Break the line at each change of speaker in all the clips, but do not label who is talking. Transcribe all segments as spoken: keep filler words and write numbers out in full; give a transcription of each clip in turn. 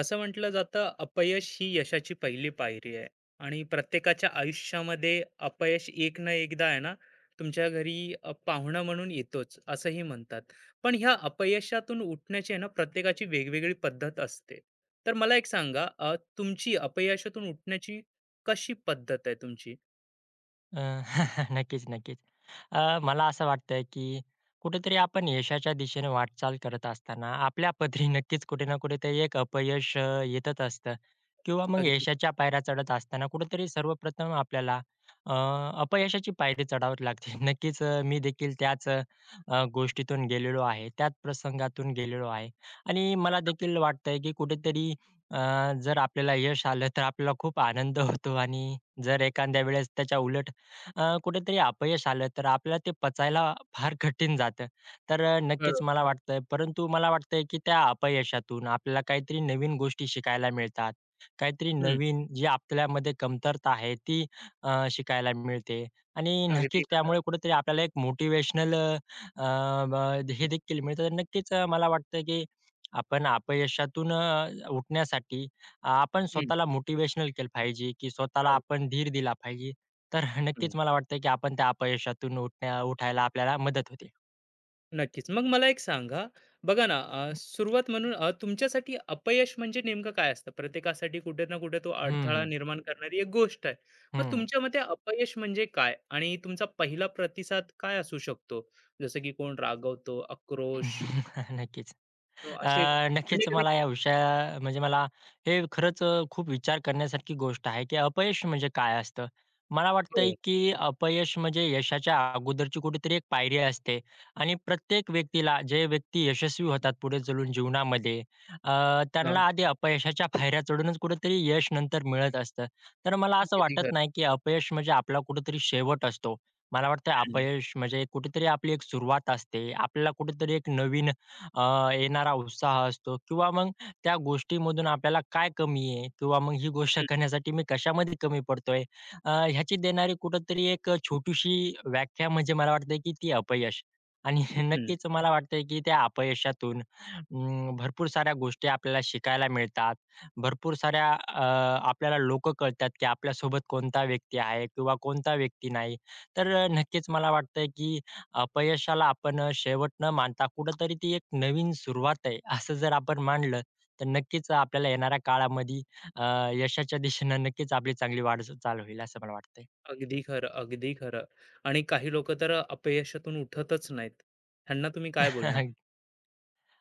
असं म्हटलं जातं, अपयश ही यशाची पहिली पायरी आहे आणि प्रत्येकाच्या आयुष्यामध्ये अपयश एक ना एकदा आहे ना, तुमच्या घरी अ, पाहुणा म्हणून येतोच, असंही म्हणतात. पण ह्या अपयशातून उठण्याची आहे ना, प्रत्येकाची वेगवेगळी पद्धत असते. तर मला एक सांगा, अ, तुमची अपयशातून उठण्याची कशी पद्धत आहे तुमची?
अ, नक्कीच, नक्कीच. अ, मला असं वाटतंय, की कुठेतरी आपण यशाच्या दिशेने वाटचाल करत असताना आपल्या पदरी नक्कीच कुठे ना कुठेतरी एक अपयश अ, येतच असतं किंवा मग
अगदी
यशाच्या पायऱ्या चढत असताना कुठेतरी सर्वप्रथम आपल्याला अ, अपयशाची पायरी चढावी लागते. नक्कीच अ, मी देखील त्याच अ, गोष्टीतून गेलेलो आहे, त्याच प्रसंगातून गेलेलो आहे आणि मला देखील वाटतंय, की कुठेतरी अ, जर आपल्याला यश आलं, तर आपल्याला खूप आनंद होतो आणि जर एखाद्या वेळेस त्याच्या उलट अ, कुठेतरी अपयश आलं तर आपल्याला ते पचायला फार कठीण जातं. तर अ, नक्कीच
बरोबर.
मला वाटतंय परंतु मला वाटतंय की त्या अपयशातून आपल्याला काहीतरी नवीन गोष्टी शिकायला मिळतात. काहीतरी
हं,
नवीन जी आपल्यामध्ये कमतरता आहे ती अ, शिकायला मिळते आणि
अगदी.
नक्कीच त्यामुळे कुठेतरी आपल्याला एक मोटिव्हेशनल अ, अ, हे देखील मिळतं. तर नक्कीच अ, मला वाटतं की आपण अपयशातून अ, उठण्यासाठी अ, आपण
हं,
स्वतःला मोटिव्हेशनल केलं पाहिजे, की स्वतःला
अग
आपण धीर दिला पाहिजे. तर
हं.
नक्कीच मला वाटतं, की आपण त्या अपयशातून उठण्या उठायला आपल्याला मदत होते.
नक्कीच. मग मला एक सांगा, बघा ना, अ, सुरुवात म्हणून अ, तुमच्यासाठी अपयश म्हणजे नेमकं काय असतं? प्रत्येकासाठी कुठे ना कुठे तो
हं,
अडथळा
हं,
निर्माण करणारी एक गोष्ट आहे. मग
हं.
तुमच्या मते अपयश म्हणजे काय? आणि तुमचा पहिला प्रतिसाद काय असू शकतो? जसं की कोण रागवतो, आक्रोश
नक्कीच.
किंवा
अ,
असे
नक्कीच
अनेक अनेक
मला या विषया म्हणजे मला हे खरंच अ, खूप विचार करण्यासारखी गोष्ट आहे, की अपयश म्हणजे काय असतं? मला वाटतंय,
हो.
की अपयश म्हणजे यशाच्या अगोदरची कुठेतरी एक पायरी असते आणि प्रत्येक व्यक्तीला जे व्यक्ती यशस्वी होतात पुढे चलून जीवनामध्ये अ,
हां.
त्यांना आधी अपयशाच्या पायऱ्या चढूनच कुठेतरी यश नंतर मिळत असतं. तर मला असं
अगदी
वाटत
खरं.
नाही, की अपयश म्हणजे आपला कुठेतरी शेवट असतो. मला वाटतं
हं,
अपयश म्हणजे कुठेतरी आपली एक सुरुवात असते. आपल्याला कुठेतरी एक नवीन अ, येणारा उत्साह असतो किंवा मग त्या गोष्टीमधून आपल्याला काय कमी आहे किंवा मग ही गोष्ट
हं,
करण्यासाठी मी कशामध्ये कमी पडतोय? अ, ह्याची देणारी कुठेतरी एक अ, छोटीशी व्याख्या म्हणजे मला वाटतंय की ती अपयश. आणि
हं.
नक्कीच मला वाटतंय की त्या अपयशातून अं, भरपूर साऱ्या गोष्टी आपल्याला शिकायला मिळतात. भरपूर साऱ्या अ, आपल्याला लोकं कळतात की आपल्यासोबत कोणता व्यक्ती आहे किंवा कोणता व्यक्ती नाही. तर अ, नक्कीच मला वाटतंय की अपयशाला आपण अ, शेवट न मानता कुठेतरी ती एक नवीन सुरुवात आहे, असं जर आपण मानलं, तर नक्कीच आपल्याला येणाऱ्या काळामध्ये अ, यशाच्या दिशेनं नक्कीच आपली चांगली वाटचाल चालू होईल असं मला वाटतंय.
अगदी खरं, अगदी खरं. आणि काही लोकं तर अपयशातून उठतच नाहीत. ह्यांना तुम्ही काय बोलणार?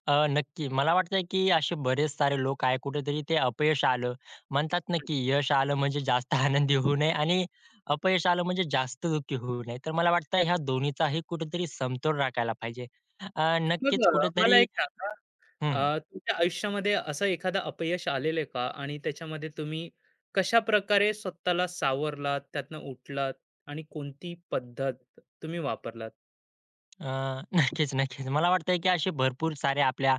अ, नक्की. मला वाटतंय की असे बरेच सारे लोक आहे कुठेतरी ते अपयश आलं, म्हणतात ना की यश आलं म्हणजे जास्त आनंदी होऊ नये आणि अपयश आलं म्हणजे जास्त दुःखी होऊ नये. तर मला वाटतं ह्या दोन्हीचाही कुठेतरी समतोल राखायला पाहिजे. अ,
मग
नक्कीच
अ, मला
कुठेतरी
एक सांगा
हं.
अ, तुमच्या आयुष्यामध्ये असं एखादं अपयश आलेलं आहे का? आणि त्याच्यामध्ये तुम्ही कशाप्रकारे स्वतःला सावरलात, त्यातनं उठलात आणि कोणती पद्धत तुम्ही वापरलात?
अ, नक्कीच, नक्कीच. मला वाटतंय, की असे भरपूर सारे आपल्या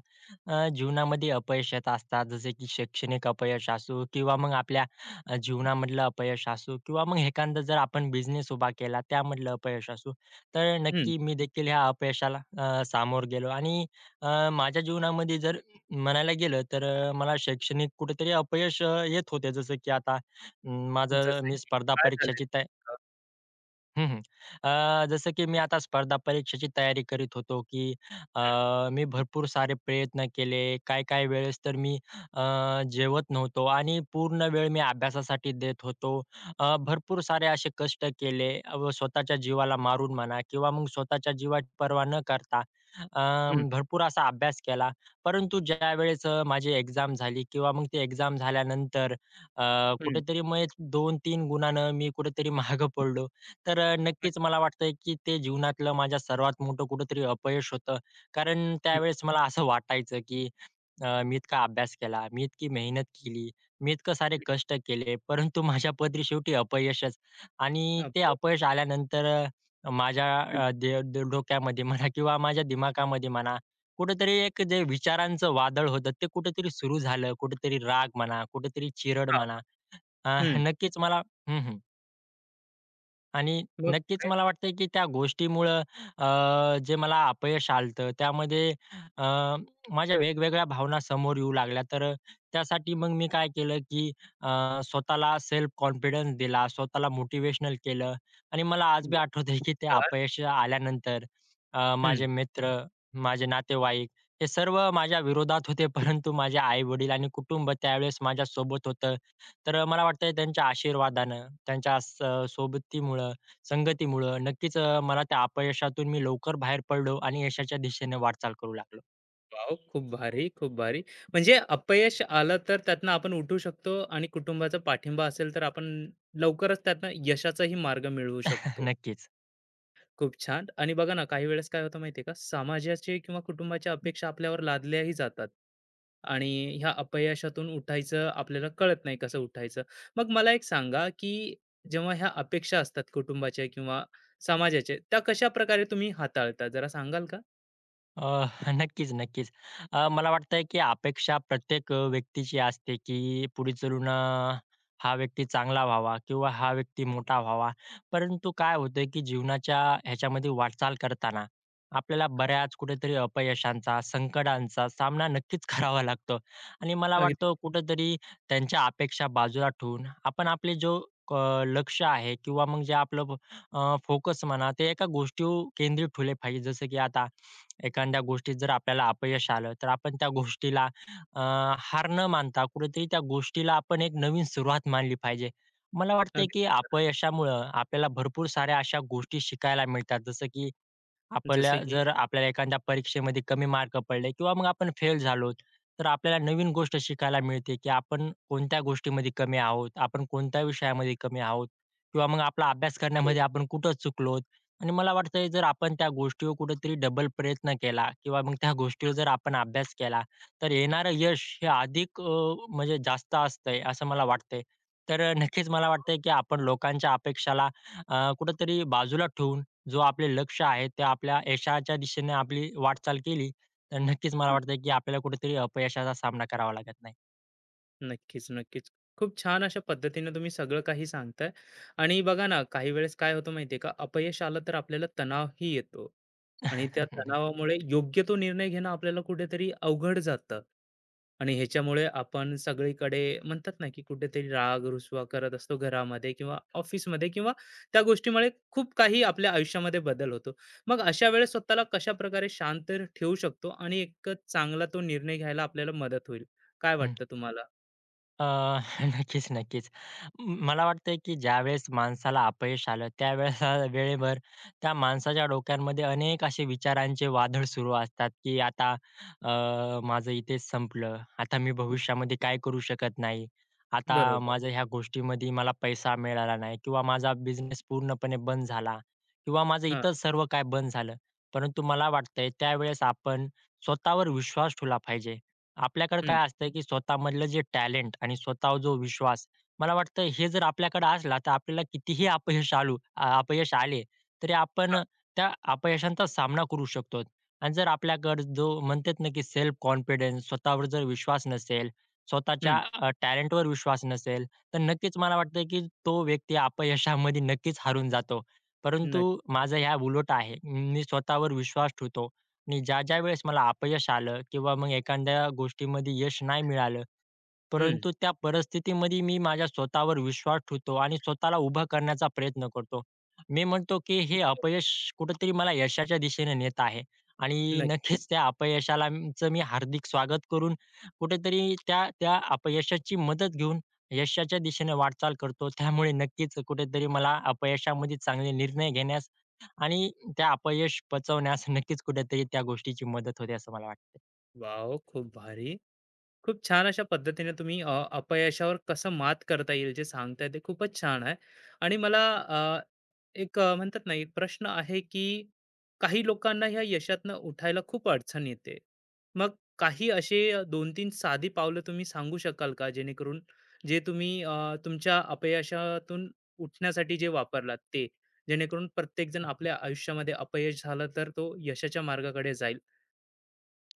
अ, जीवनामध्ये अपयश येत असतात. जसे की शैक्षणिक अपयश असो किंवा मग आपल्या अ, जीवनामधलं अपयश असो किंवा मग एखादा जर आपण बिझनेस उभा केला, त्यामधलं अपयश असो. तर
हं,
नक्की मी देखील ह्या अपयशाला अ, सामोरं गेलो आणि अ, माझ्या जीवनामध्ये जर म्हणायला गेलं, तर अ, मला शैक्षणिक कुठेतरी अपयश अ, येत होते. जसं की आता अं, माझं
जसं
मी
की
स्पर्धा
काय
परीक्षाची
झालेलं नेमकं?
हं, हं. अ, जसं की मी आता स्पर्धा परीक्षेची तयारी करीत होतो, की अ, मी भरपूर सारे प्रयत्न केले. काही-काही वेळेस तर मी अ, जेवत नव्हतो आणि पूर्ण वेळ मी अभ्यासासाठी देत होतो. अ, भरपूर सारे असे कष्ट केले व स्वतःच्या जीवाला मारून म्हणा किंवा मग स्वतःच्या जीवाची पर्वा न करता अ,
हं, हं,
भरपूर असा अभ्यास केला. परंतु ज्यावेळेस अ, माझी एक्झाम झाली किंवा मग ती एक्झाम झाल्यानंतर अ,
हं,
कुठेतरी मग दोन-तीन गुणानं मी कुठेतरी मागं पडलो. तर अ,
हं,
नक्कीच मला वाटतंय, की ते जीवनातलं माझ्या सर्वात मोठं कुठेतरी अपयश होतं. कारण त्यावेळेस मला असं वाटायचं, की अ, मी इतका अभ्यास केला, मी इतकी मेहनत केली, मी इतके सारे
हं.
कष्ट केले, परंतु माझ्या पदरी शेवटी अपयशच. आणि
अ,
ते अपयश आल्यानंतर अ, माझ्या
हं,
अ, दे ड डोक्यामध्ये म्हणा किंवा माझ्या दिमागामध्ये म्हणा, कुठेतरी एक जे विचारांचं वादळ होतं, ते कुठेतरी सुरू झालं. कुठेतरी राग म्हणा, कुठेतरी चिरड
हां,
म्हणा. अ,
हं.
नक्कीच मला हं, हं. आणि
मग
नक्कीच
पुढे?
मला वाटतंय, की त्या गोष्टीमुळं अ, जे मला अपयश आलतं त्यामध्ये अ, माझ्या वेगवेगळ्या भावना समोर येऊ लागल्या. तर त्यासाठी मग मी काय केलं, की अ, स्वतःला सेल्फ कॉन्फिडन्स दिला, स्वतःला मोटिव्हेशनल केलं आणि मला आज बी आठवतंय, की ते
नमस्कार.
अपयश आल्यानंतर अ,
हं.
माझे मित्र, माझे नातेवाईक हे सर्व माझ्या विरोधात होते. परंतु माझे आई-वडील आणि कुटुंब त्यावेळेस माझ्यासोबत होतं. तर अ, मला वाटतंय त्यांच्या आशीर्वादानं, त्यांच्या स सोबतीमुळं, संगतीमुळं नक्कीच अ, मला त्या अपयशातून मी लवकर बाहेर पडलो आणि यशाच्या दिशेने वाटचाल करू लागलो.
वॉव! खूप भारी, खूप भारी. म्हणजे अपयश आलं तर त्यातनं आपण उठू शकतो आणि कुटुंबाचा पाठिंबा असेल तर आपण लवकरच त्यातनं यशाचाही मार्ग मिळवू शकतो.
नक्कीच.
खूप छान. आणि बघा ना, काही वेळेस काय होतं माहिती आहे का, समाजाचे किंवा कुटुंबाच्या अपेक्षा आपल्यावर लादल्याही जातात आणि ह्या अपयशातून उठायचं आपल्याला कळत नाही कसं उठायचं. मग मला एक सांगा, की जेव्हा ह्या अपेक्षा असतात कुटुंबाच्या किंवा समाजाच्या, त्या कशाप्रकारे तुम्ही हाताळता? जरा सांगाल का?
अ, नक्कीच, नक्कीच. अ, मला वाटतंय, की अपेक्षा प्रत्येक अ, व्यक्तीची असते, की पुढे चलून अ, हा व्यक्ती चांगला व्हावा किंवा हा व्यक्ती मोठा व्हावा. परंतु काय होतंय, की जीवनाच्या ह्याच्यामध्ये वाटचाल करताना आपल्याला बऱ्याच कुठेतरी अपयशांचा, संकटांचा सामना नक्कीच करावा लागतो. आणि मला
अगदी,
वाटतं कुठेतरी त्यांच्या अपेक्षा बाजूला ठेवून आपण आपले जो अ, लक्ष्य आहे किंवा मग जे आपलं फोकस म्हणा, ते एका गोष्टीवर केंद्रित ठेवले पाहिजे. जसं की आता एखाद्या गोष्टीत जर आपल्याला अपयश आलं, तर आपण त्या गोष्टीला अ, हार न मानता कुठेतरी त्या गोष्टीला आपण एक नवीन सुरुवात मानली पाहिजे. मला वाटतंय,
अगदी.
की अपयशामुळं आपल्याला भरपूर साऱ्या अशा गोष्टी शिकायला मिळतात. जसं की
जसे
आपल्या
की
जर आपल्याला एखाद्या परीक्षेमध्ये कमी मार्क पडले किंवा मग आपण फेल झालो, तर आपल्याला नवीन गोष्ट शिकायला मिळते, की आपण कोणत्या गोष्टीमध्ये कमी आहोत, आपण कोणत्या विषयामध्ये कमी आहोत किंवा मग आपला अभ्यास
हो.
करण्यामध्ये आपण कुठं चुकलो आणि मला वाटतंय जर आपण त्या गोष्टीवर कुठेतरी डबल प्रयत्न केला किंवा मग त्या गोष्टीवर जर आपण अभ्यास केला, तर येणारं यश हे अधिक अ, म्हणजे जास्त असतंय असं मला वाटतंय. तर नक्कीच मला वाटतंय, की आपण लोकांच्या अपेक्षाला अ, कुठेतरी बाजूला ठेवून जो आपले लक्ष्य आहे, ते आपल्या यशाच्या दिशेने आपली वाटचाल केली, तर नक्कीच मला वाटतं, की आपल्याला कुठेतरी अपयशाचा सामना करावा लागत नाही.
नक्कीच, नक्कीच. खूप छान अशा पद्धतीने तुम्ही सगळं काही सांगताय आणि बघा ना, काही वेळेस काय होतं माहिती आहे का, अपयश आलं तर आपल्याला तणावही येतो आणि त्या तणावामुळे योग्य तो निर्णय घेणं आपल्याला कुठेतरी अवघड जातं आणि ह्याच्यामुळे आपण सगळीकडे म्हणतात ना, की कुठेतरी राग-रुसवा करत असतो घरामध्ये किंवा ऑफिसमध्ये किंवा त्या गोष्टीमुळे खूप काही आपल्या आयुष्यामध्ये बदल होतो. मग अशा वेळेस स्वतःला कशाप्रकारे शांत ठेवू शकतो आणि एक चांगला तो निर्णय घ्यायला आपल्याला मदत होईल? काय
नक्की.
वाटतं तुम्हाला?
अ, नक्कीच, नक्कीच. म मला वाटतंय, की ज्यावेळेस माणसाला अपयश आलं, त्यावेळेस वेळेवर त्या माणसाच्या डोक्यांमध्ये अनेक असे विचारांचे वादळ सुरू असतात, की आता अ, माझं इथेच संपलं. आता मी भविष्यामध्ये काय करू शकत नाही. आता
बरोबर.
माझ्या ह्या गोष्टीमध्ये मला पैसा मिळाला नाही किंवा माझा बिझनेस पूर्णपणे बंद झाला किंवा माझं
हां,
इतर सर्व काही बंद झालं. परंतु मला वाटतंय, त्यावेळेस आपण स्वतःवर विश्वास ठेवला पाहिजे. आपल्याकडे
हं,
काय असतं, की स्वतःमधलं जे टॅलेंट आणि स्वतःवर जो विश्वास, मला वाटतं हे जर आपल्याकडे असला, तर आपल्याला कितीही अपयश आलू अ, अपयश आले, तरी आपण
हां,
अ, त्या अपयशांचा सामना करू शकतो. आणि जर आपल्याकडे जो म्हणतात ना, की सेल्फ कॉन्फिडन्स, स्वतःवर जर विश्वास नसेल,
हं,
स्वतःच्या टॅलेंटवर विश्वास नसेल, तर नक्कीच मला वाटतं, की तो व्यक्ती अपयशामध्ये नक्कीच हरून जातो. परंतु
नक्की.
माझं ह्या उलट आहे. मी स्वतःवर विश्वास ठेवतो आणि ज्या-ज्या वेळेस मला अपयश आलं किंवा मग एखाद्या गोष्टीमध्ये यश नाही मिळालं,
हं,
परंतु त्या परिस्थितीमध्ये मी माझ्या स्वतःवर विश्वास ठेवतो आणि स्वतःला उभा करण्याचा प्रयत्न करतो. मी म्हणतो, की हे अपयश कुठेतरी मला यशाच्या दिशेने नेत आहे आणि
नक्की.
नक्कीच त्या अपयशाला म- चं मी हार्दिक स्वागत करून कुठेतरी त्या त्या अपयशाची मदत घेऊन यशाच्या दिशेने वाटचाल करतो. त्यामुळे नक्कीच कुठेतरी मला अपयशामध्ये चांगले निर्णय घेण्यास आणि त्या अपयश पचवण्यास नक्कीच कुठेतरी त्या गोष्टीची मदत होते असं मला वाटतं.
वॉव! खूप भारी. खूप छान अशा पद्धतीने तुम्ही अ, अपयशावर कसं मात करता येईल जे सांगताय ते खूपच छान आहे. आणि मला अ, एक अ, म्हणतात ना एक प्रश्न आहे की काही लोकांना ह्या यशातनं उठायला खूप अडचण येते. मग काही असे दोन तीन साधी पावलं तुम्ही सांगू शकाल का जेणेकरून जे तुम्ही अ, तुमच्या अपयशातून उठण्यासाठी जे वापरलात ते? जेणेकरून प्रत्येकजण आपल्या आयुष्यामध्ये अपयश झालं तर तो यशाच्या मार्गाकडे जाईल.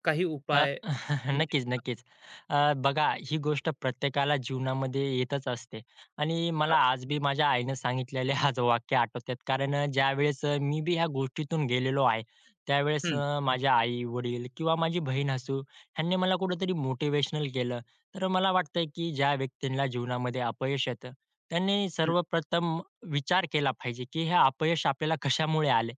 काही
अ,
उपाय?
नक्कीच, नक्कीच. अ, बघा ही गोष्ट प्रत्येकाला जीवनामध्ये येतच असते आणि मला आज बी माझ्या आईनं सांगितलेले आज वाक्य आठवतात. कारण अ, ज्यावेळेस अ, मी बी ह्या गोष्टीतून गेलेलो आहे. त्यावेळेस
हं,
अ, माझ्या आई-वडील किंवा माझी बहीण असू ह्यांनी मला कुठेतरी मोटिव्हेशनल केलं. तर मला वाटतंय की ज्या व्यक्तींना जीवनामध्ये अपयश येतं, त्यांनी
हं,
सर्वप्रथम विचार केला पाहिजे की हे अपयश आपल्याला कशामुळे आले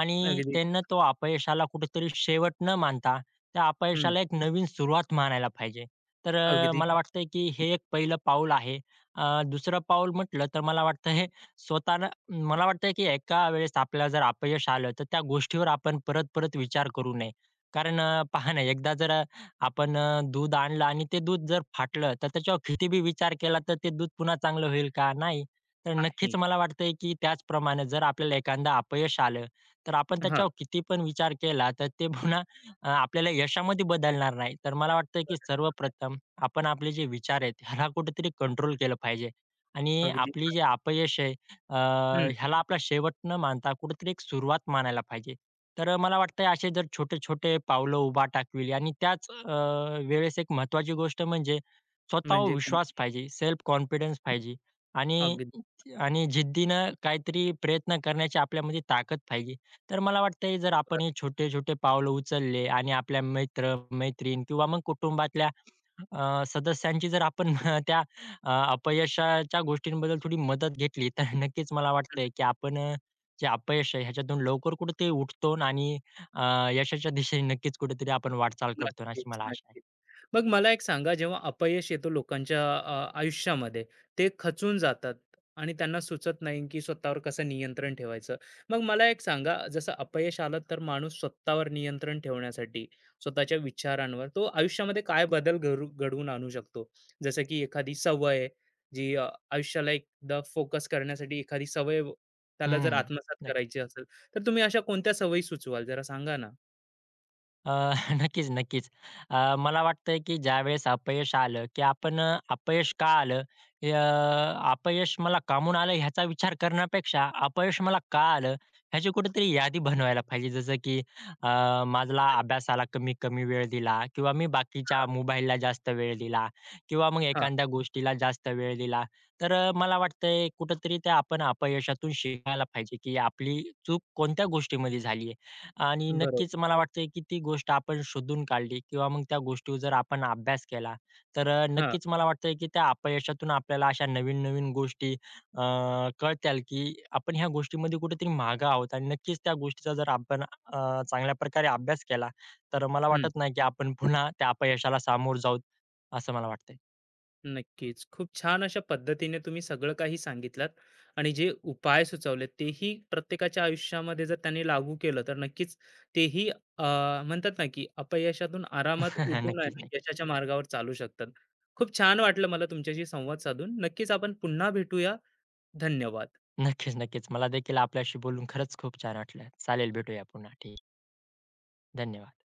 आणि
अगदी.
त्यांना तो अपयशाला कुठेतरी शेवट न मानता त्या
हं,
अपयशाला एक नवीन सुरुवात मानायला पाहिजे. तर अ,
अगदी
मला वाटतंय की हे एक पहिलं पाऊल आहे. अ, दुसरं पाऊल म्हटलं तर मला वाटतं हे स्वतःला मला वाटतं की एका वेळेस आपल्याला जर अपयश आलं, तर त्या गोष्टीवर आपण परत-परत विचार करू नये. कारण अ, पहा ना, एकदा जर अ, आपण अ, दूध आणलं आणि ते दूध जर फाटलं, तर त्याच्यावर कितीबी विचार केला तर ते दूध पुन्हा चांगलं होईल का? नाही. तर नक्कीच
नाही.
मला वाटतंय की त्याचप्रमाणे जर आपल्याला एखादा अपयश आलं, तर आपण
हां,
त्याच्यावर किती पण विचार केला, तर ते पुन्हा अ, आपल्याला यशामध्ये बदलणार नाही. तर मला वाटतं, की सर्वप्रथम आपण आपले जे विचार आहेत, ह्याला कुठेतरी कंट्रोल केलं पाहिजे. आणि
अगदी
आपली जे अपयश आहे, अ,
हं,
ह्याला आपला शेवट न मानता कुठेतरी एक सुरुवात मानायला पाहिजे. तर अ, मला वाटतंय असे जर छोटे-छोटे पावलं उभा टाकली आणि त्याच अ, वेळेस एक महत्त्वाची गोष्ट म्हणजे स्वतःवर
म्हणजे
विश्वास
कोणती?
पाहिजे, सेल्फ कॉन्फिडन्स पाहिजे आणि
अगदी.
आणि जिद्दीनं काहीतरी प्रयत्न करण्याची आपल्यामध्ये ताकद पाहिजे. तर मला वाटतंय जर आपण हे छोटे-छोटे पावलं उचलले आणि आपल्या मित्र-मैत्रीण किंवा मग कुटुंबातल्या अ, सदस्यांची जर आपण त्या अ, अपयशाच्या गोष्टींबद्दल थोडी मदत घेतली, तर नक्कीच मला वाटतंय की आपण अ, जे अपयश आहे ह्याच्यातून लवकर कुठेतरी उठतो आणि अ, यशाच्या दिशेने नक्कीच कुठेतरी आपण वाटचाल करतो अशी
नक्कीच,
मला आशा आहे.
नक्कीच. मग मला एक सांगा जेव्हा अपयश येतो लोकांच्या अ, आयुष्यामध्ये ते खचून जातात आणि त्यांना सुचत नाही की स्वतःवर कसं नियंत्रण ठेवायचं. मग मला एक सांगा जसं अपयश आलं तर माणूस स्वतःवर नियंत्रण ठेवण्यासाठी स्वतःच्या विचारांवर तो आयुष्यामध्ये काय बदल घरू घडवून आणू शकतो? जसं की एखादी सवय जी अ, आयुष्याला एकदा फोकस करण्यासाठी एखादी सवय व त्याला जर
हं, हं.
आत्मसात
नक्कीच.
करायची असेल, तर तुम्ही अशा कोणत्या सवयी सुचवाल जरा सांगा ना?
अ, नक्कीच, नक्कीच. अ, मला वाटतंय, की ज्यावेळेस अपयश आलं, की आपण अ, अपयश का आलं? हे अ, अपयश मला कामून आलं ह्याचा विचार करण्यापेक्षा अपयश मला का आलं? ह्याची कुठेतरी यादी बनवायला पाहिजे. जसं की अ, माझा
जसं की
अभ्यासाला कमी-कमी वेळ दिला किंवा मी बाकीच्या
हां,
मोबाईलला जास्त वेळ दिला किंवा मग
हां.
एखाद्या गोष्टीला जास्त वेळ दिला. तर अ, मला वाटतंय कुठेतरी ते आपण अपयशातून शिकायला पाहिजे, की आपली चूक कोणत्या गोष्टीमध्ये झाली आणि
बरोबर.
नक्कीच मला वाटतंय की ती गोष्ट आपण शोधून काढली किंवा मग त्या गोष्टीवर जर आपण अभ्यास केला, तर अ,
हां,
नक्कीच मला वाटतंय की त्या अपयशातून आपल्याला अशा नवीन-नवीन गोष्टी अ, कळतील की आपण ह्या गोष्टीमध्ये कुठेतरी मागे आहोत आणि नक्कीच त्या गोष्टीचा जर आपण अ, चांगल्या प्रकारे अभ्यास केला, तर मला
हं,
वाटत नाही की आपण पुन्हा त्या अपयशाला सामोरं जाऊ, असं मला वाटतंय.
नक्कीच. खूप छान अशा पद्धतीने तुम्ही सगळं काही सांगितलात आणि जे उपाय सुचवलेत तेही प्रत्येकाच्या आयुष्यामध्ये जर त्यांनी लागू केलं, तर नक्कीच तेही अ, म्हणतात ना, की अपयशातून आरामात उठून आहे
नक्कीच,
ना,
नक्कीच.
यशाच्या मार्गावर चालू शकतात. खूप छान वाटलं मला तुमच्याशी संवाद साधून. नक्कीच आपण पुन्हा भेटूया. धन्यवाद.
नक्कीच, नक्कीच. मला देखील आपल्याशी बोलून खरंच खूप छान वाटलं. चालेल, भेटूया पुन्हा. ठीक धन्यवाद.